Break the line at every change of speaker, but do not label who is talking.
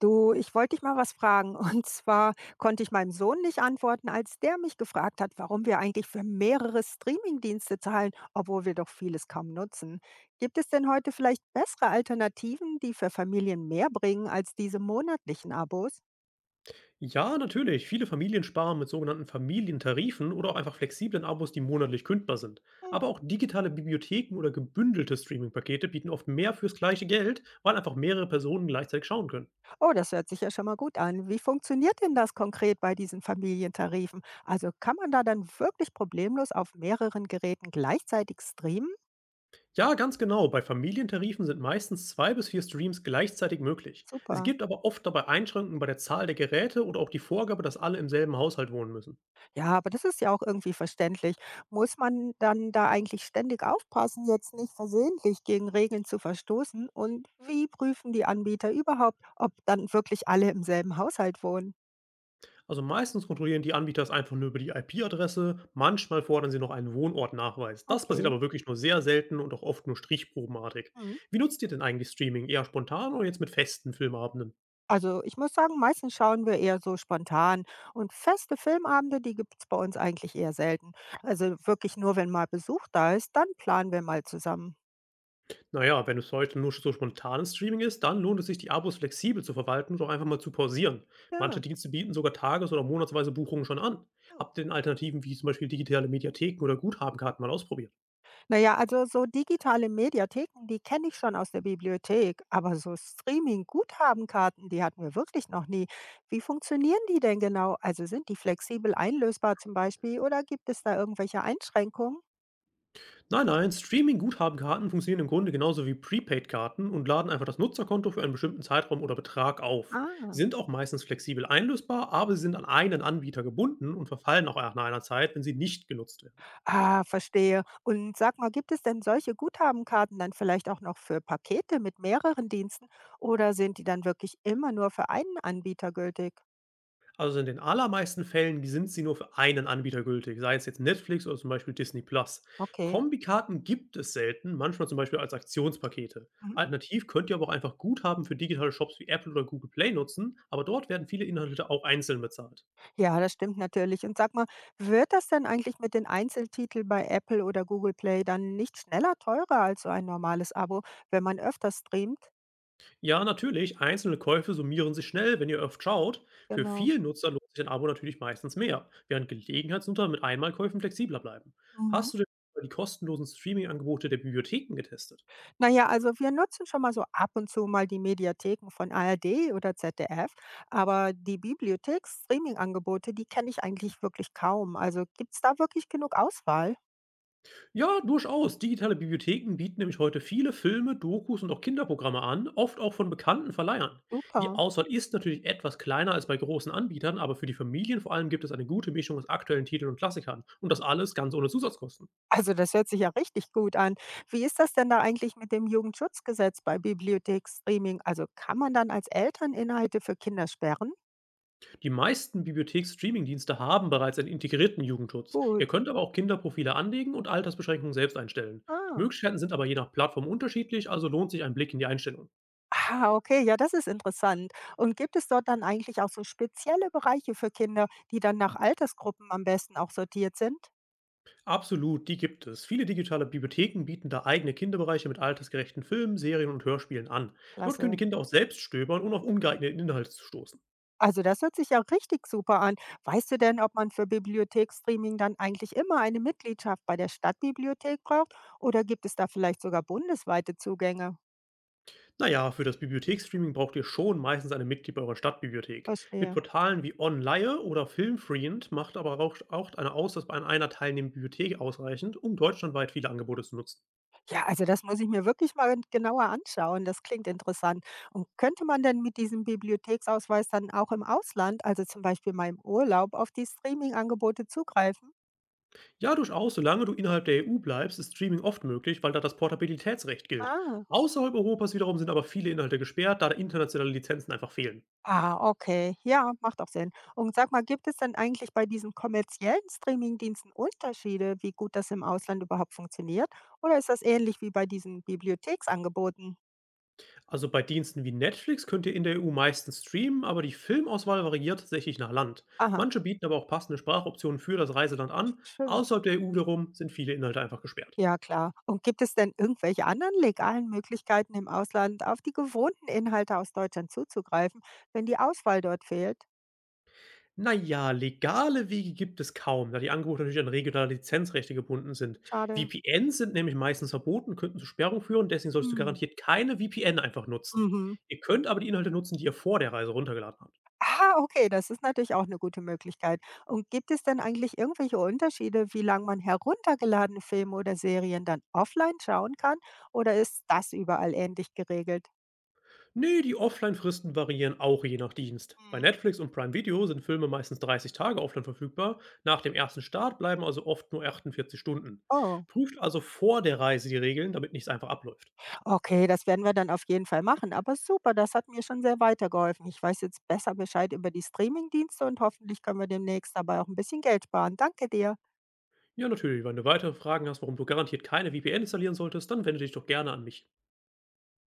Du, ich wollte dich mal was fragen. Und zwar konnte ich meinem Sohn nicht antworten, als der mich gefragt hat, warum wir eigentlich für mehrere Streamingdienste zahlen, obwohl wir doch vieles kaum nutzen. Gibt es denn heute vielleicht bessere Alternativen, die für Familien mehr bringen als diese monatlichen Abos?
Ja, natürlich. Viele Familien sparen mit sogenannten Familientarifen oder auch einfach flexiblen Abos, die monatlich kündbar sind.
Hm.
Aber auch digitale Bibliotheken oder gebündelte Streaming-Pakete bieten oft mehr fürs gleiche Geld, weil einfach mehrere Personen gleichzeitig schauen können.
Oh, das hört sich ja schon mal gut an. Wie funktioniert denn das konkret bei diesen Familientarifen? Also kann man da dann wirklich problemlos auf mehreren Geräten gleichzeitig streamen?
Ja, ganz genau. Bei Familientarifen sind meistens zwei bis vier Streams gleichzeitig möglich. Es
Super.
gibt aber oft dabei Einschränkungen bei der Zahl der Geräte oder auch die Vorgabe, dass alle im selben Haushalt wohnen müssen.
Ja, aber das ist ja auch irgendwie verständlich. Muss man dann da eigentlich ständig aufpassen, jetzt nicht versehentlich gegen Regeln zu verstoßen? Und wie prüfen die Anbieter überhaupt, ob dann wirklich alle im selben Haushalt wohnen?
Also meistens kontrollieren die Anbieter es einfach nur über die IP-Adresse, manchmal fordern sie noch einen Wohnortnachweis. Das passiert
Okay.
aber wirklich nur sehr selten und auch oft nur stichprobenartig.
Mhm.
Wie nutzt ihr denn eigentlich Streaming? Eher spontan oder jetzt mit festen Filmabenden?
Also ich muss sagen, meistens schauen wir eher so spontan. Und feste Filmabende, die gibt es bei uns eigentlich eher selten. Also wirklich nur, wenn mal Besuch da ist, dann planen wir mal zusammen.
Naja, wenn es heute nur so spontanes Streaming ist, dann lohnt es sich, die Abos flexibel zu verwalten und auch einfach mal zu pausieren.
Ja.
Manche Dienste bieten sogar tages- oder monatsweise Buchungen schon an.
Hm.
Habt ihr denn Alternativen wie zum Beispiel digitale Mediatheken oder Guthabenkarten mal ausprobiert?
Naja, also so digitale Mediatheken, die kenne ich schon aus der Bibliothek, aber so Streaming-Guthabenkarten, die hatten wir wirklich noch nie. Wie funktionieren die denn genau? Also sind die flexibel einlösbar zum Beispiel oder gibt es da irgendwelche Einschränkungen?
Nein, nein, Streaming-Guthabenkarten funktionieren im Grunde genauso wie Prepaid-Karten und laden einfach das Nutzerkonto für einen bestimmten Zeitraum oder Betrag auf. Sie
Ah,
sind auch meistens flexibel einlösbar, aber sie sind an einen Anbieter gebunden und verfallen auch nach einer Zeit, wenn sie nicht genutzt werden.
ah, verstehe. Und sag mal, gibt es denn solche Guthabenkarten dann vielleicht auch noch für Pakete mit mehreren Diensten oder sind die dann wirklich immer nur für einen Anbieter gültig?
Also in den allermeisten Fällen sind sie nur für einen Anbieter gültig, sei es jetzt Netflix oder zum Beispiel Disney Plus.
Okay.
Kombikarten gibt es selten, manchmal zum Beispiel als Aktionspakete.
Mhm.
Alternativ könnt ihr aber auch einfach Guthaben für digitale Shops wie Apple oder Google Play nutzen, aber dort werden viele Inhalte auch einzeln bezahlt.
Ja, das stimmt natürlich. Und sag mal, wird das denn eigentlich mit den Einzeltiteln bei Apple oder Google Play dann nicht schneller teurer als so ein normales Abo, wenn man öfter streamt?
Ja, natürlich, einzelne Käufe summieren sich schnell, wenn ihr oft schaut. Für
Genau.
viele Nutzer lohnt sich ein Abo natürlich meistens mehr, während Gelegenheitsnutzer mit Einmalkäufen flexibler bleiben.
Mhm.
Hast du denn schon mal die kostenlosen Streaming-Angebote der Bibliotheken getestet?
Naja, also wir nutzen schon mal so ab und zu mal die Mediatheken von ARD oder ZDF, aber die Bibliotheks-Streaming-Angebote, die kenne ich eigentlich wirklich kaum. Also gibt es da wirklich genug Auswahl?
Ja, durchaus. Digitale Bibliotheken bieten nämlich heute viele Filme, Dokus und auch Kinderprogramme an, oft auch von bekannten Verleihern. Die
Super.
Auswahl ist natürlich etwas kleiner als bei großen Anbietern, aber für die Familien vor allem gibt es eine gute Mischung aus aktuellen Titeln und Klassikern und das alles ganz ohne Zusatzkosten.
Also das hört sich ja richtig gut an. Wie ist das denn da eigentlich mit dem Jugendschutzgesetz bei Bibliothekstreaming? Also kann man dann als Eltern Inhalte für Kinder sperren?
Die meisten bibliotheks streaming dienste haben bereits einen integrierten Jugendschutz.
Gut.
Ihr könnt aber auch Kinderprofile anlegen und Altersbeschränkungen selbst einstellen. Die
Ah.
Möglichkeiten sind aber je nach Plattform unterschiedlich, also lohnt sich ein Blick in die Einstellungen.
Ah, okay, ja, das ist interessant. Und gibt es dort dann eigentlich auch so spezielle Bereiche für Kinder, die dann nach Altersgruppen am besten auch sortiert sind?
Absolut, die gibt es. Viele digitale Bibliotheken bieten da eigene Kinderbereiche mit altersgerechten Filmen, Serien und Hörspielen an. Dort können die
Klasse.
Kinder auch selbst stöbern, ohne auf ungeeignete Inhalte zu stoßen.
Also das hört sich ja richtig super an. Weißt du denn, ob man für Bibliothekstreaming dann eigentlich immer eine Mitgliedschaft bei der Stadtbibliothek braucht oder gibt es da vielleicht sogar bundesweite Zugänge?
Naja, für das Bibliothekstreaming braucht ihr schon meistens einen Mitglied bei eurer Stadtbibliothek. Mit
Verstehe.
Portalen wie OnLaie oder Filmfreend macht aber auch eine aus, dass bei einer teilnehmenden Bibliothek ausreichend, um deutschlandweit viele Angebote zu nutzen.
Ja, also das muss ich mir wirklich mal genauer anschauen. Das klingt interessant. Und könnte man denn mit diesem Bibliotheksausweis dann auch im Ausland, also zum Beispiel mal im Urlaub, auf die Streaming-Angebote zugreifen?
Ja, durchaus, solange du innerhalb der EU bleibst, ist Streaming oft möglich, weil da das Portabilitätsrecht gilt.
Ah.
Außerhalb Europas wiederum sind aber viele Inhalte gesperrt, da internationale Lizenzen einfach fehlen.
Ah, okay. Ja, macht auch Sinn. Und sag mal, gibt es denn eigentlich bei diesen kommerziellen Streaming-Diensten Unterschiede, wie gut das im Ausland überhaupt funktioniert? Oder ist das ähnlich wie bei diesen Bibliotheksangeboten?
Also bei Diensten wie Netflix könnt ihr in der EU meistens streamen, aber die Filmauswahl variiert tatsächlich nach Land.
Aha,
Manche bieten aber auch passende Sprachoptionen für das Reiseland an.
schön.
Außerhalb der EU wiederum sind viele Inhalte einfach gesperrt.
Ja, klar. Und gibt es denn irgendwelche anderen legalen Möglichkeiten im Ausland, auf die gewohnten Inhalte aus Deutschland zuzugreifen, wenn die Auswahl dort fehlt?
Naja, legale Wege gibt es kaum, da die Angebote natürlich an regionale Lizenzrechte gebunden sind.
Schade.
VPNs sind nämlich meistens verboten, könnten zu Sperrung führen, deswegen sollst du
Hm.
garantiert keine VPN einfach nutzen.
Mhm.
Ihr könnt aber die Inhalte nutzen, die ihr vor der Reise runtergeladen habt.
Ah, okay, das ist natürlich auch eine gute Möglichkeit. Und gibt es denn eigentlich irgendwelche Unterschiede, wie lange man heruntergeladene Filme oder Serien dann offline schauen kann? Oder ist das überall ähnlich geregelt?
Nee, die Offline-Fristen variieren auch je nach Dienst. Bei
Mhm.
Netflix und Prime Video sind Filme meistens 30 Tage offline verfügbar. Nach dem ersten Start bleiben also oft nur 48 Stunden.
Oh.
Prüft also vor der Reise die Regeln, damit nichts einfach abläuft.
Okay, das werden wir dann auf jeden Fall machen. Aber super, das hat mir schon sehr weitergeholfen. Ich weiß jetzt besser Bescheid über die Streamingdienste und hoffentlich können wir demnächst dabei auch ein bisschen Geld sparen. Danke dir.
Ja, natürlich, wenn du weitere Fragen hast, warum du garantiert keine VPN installieren solltest, dann wende dich doch gerne an mich.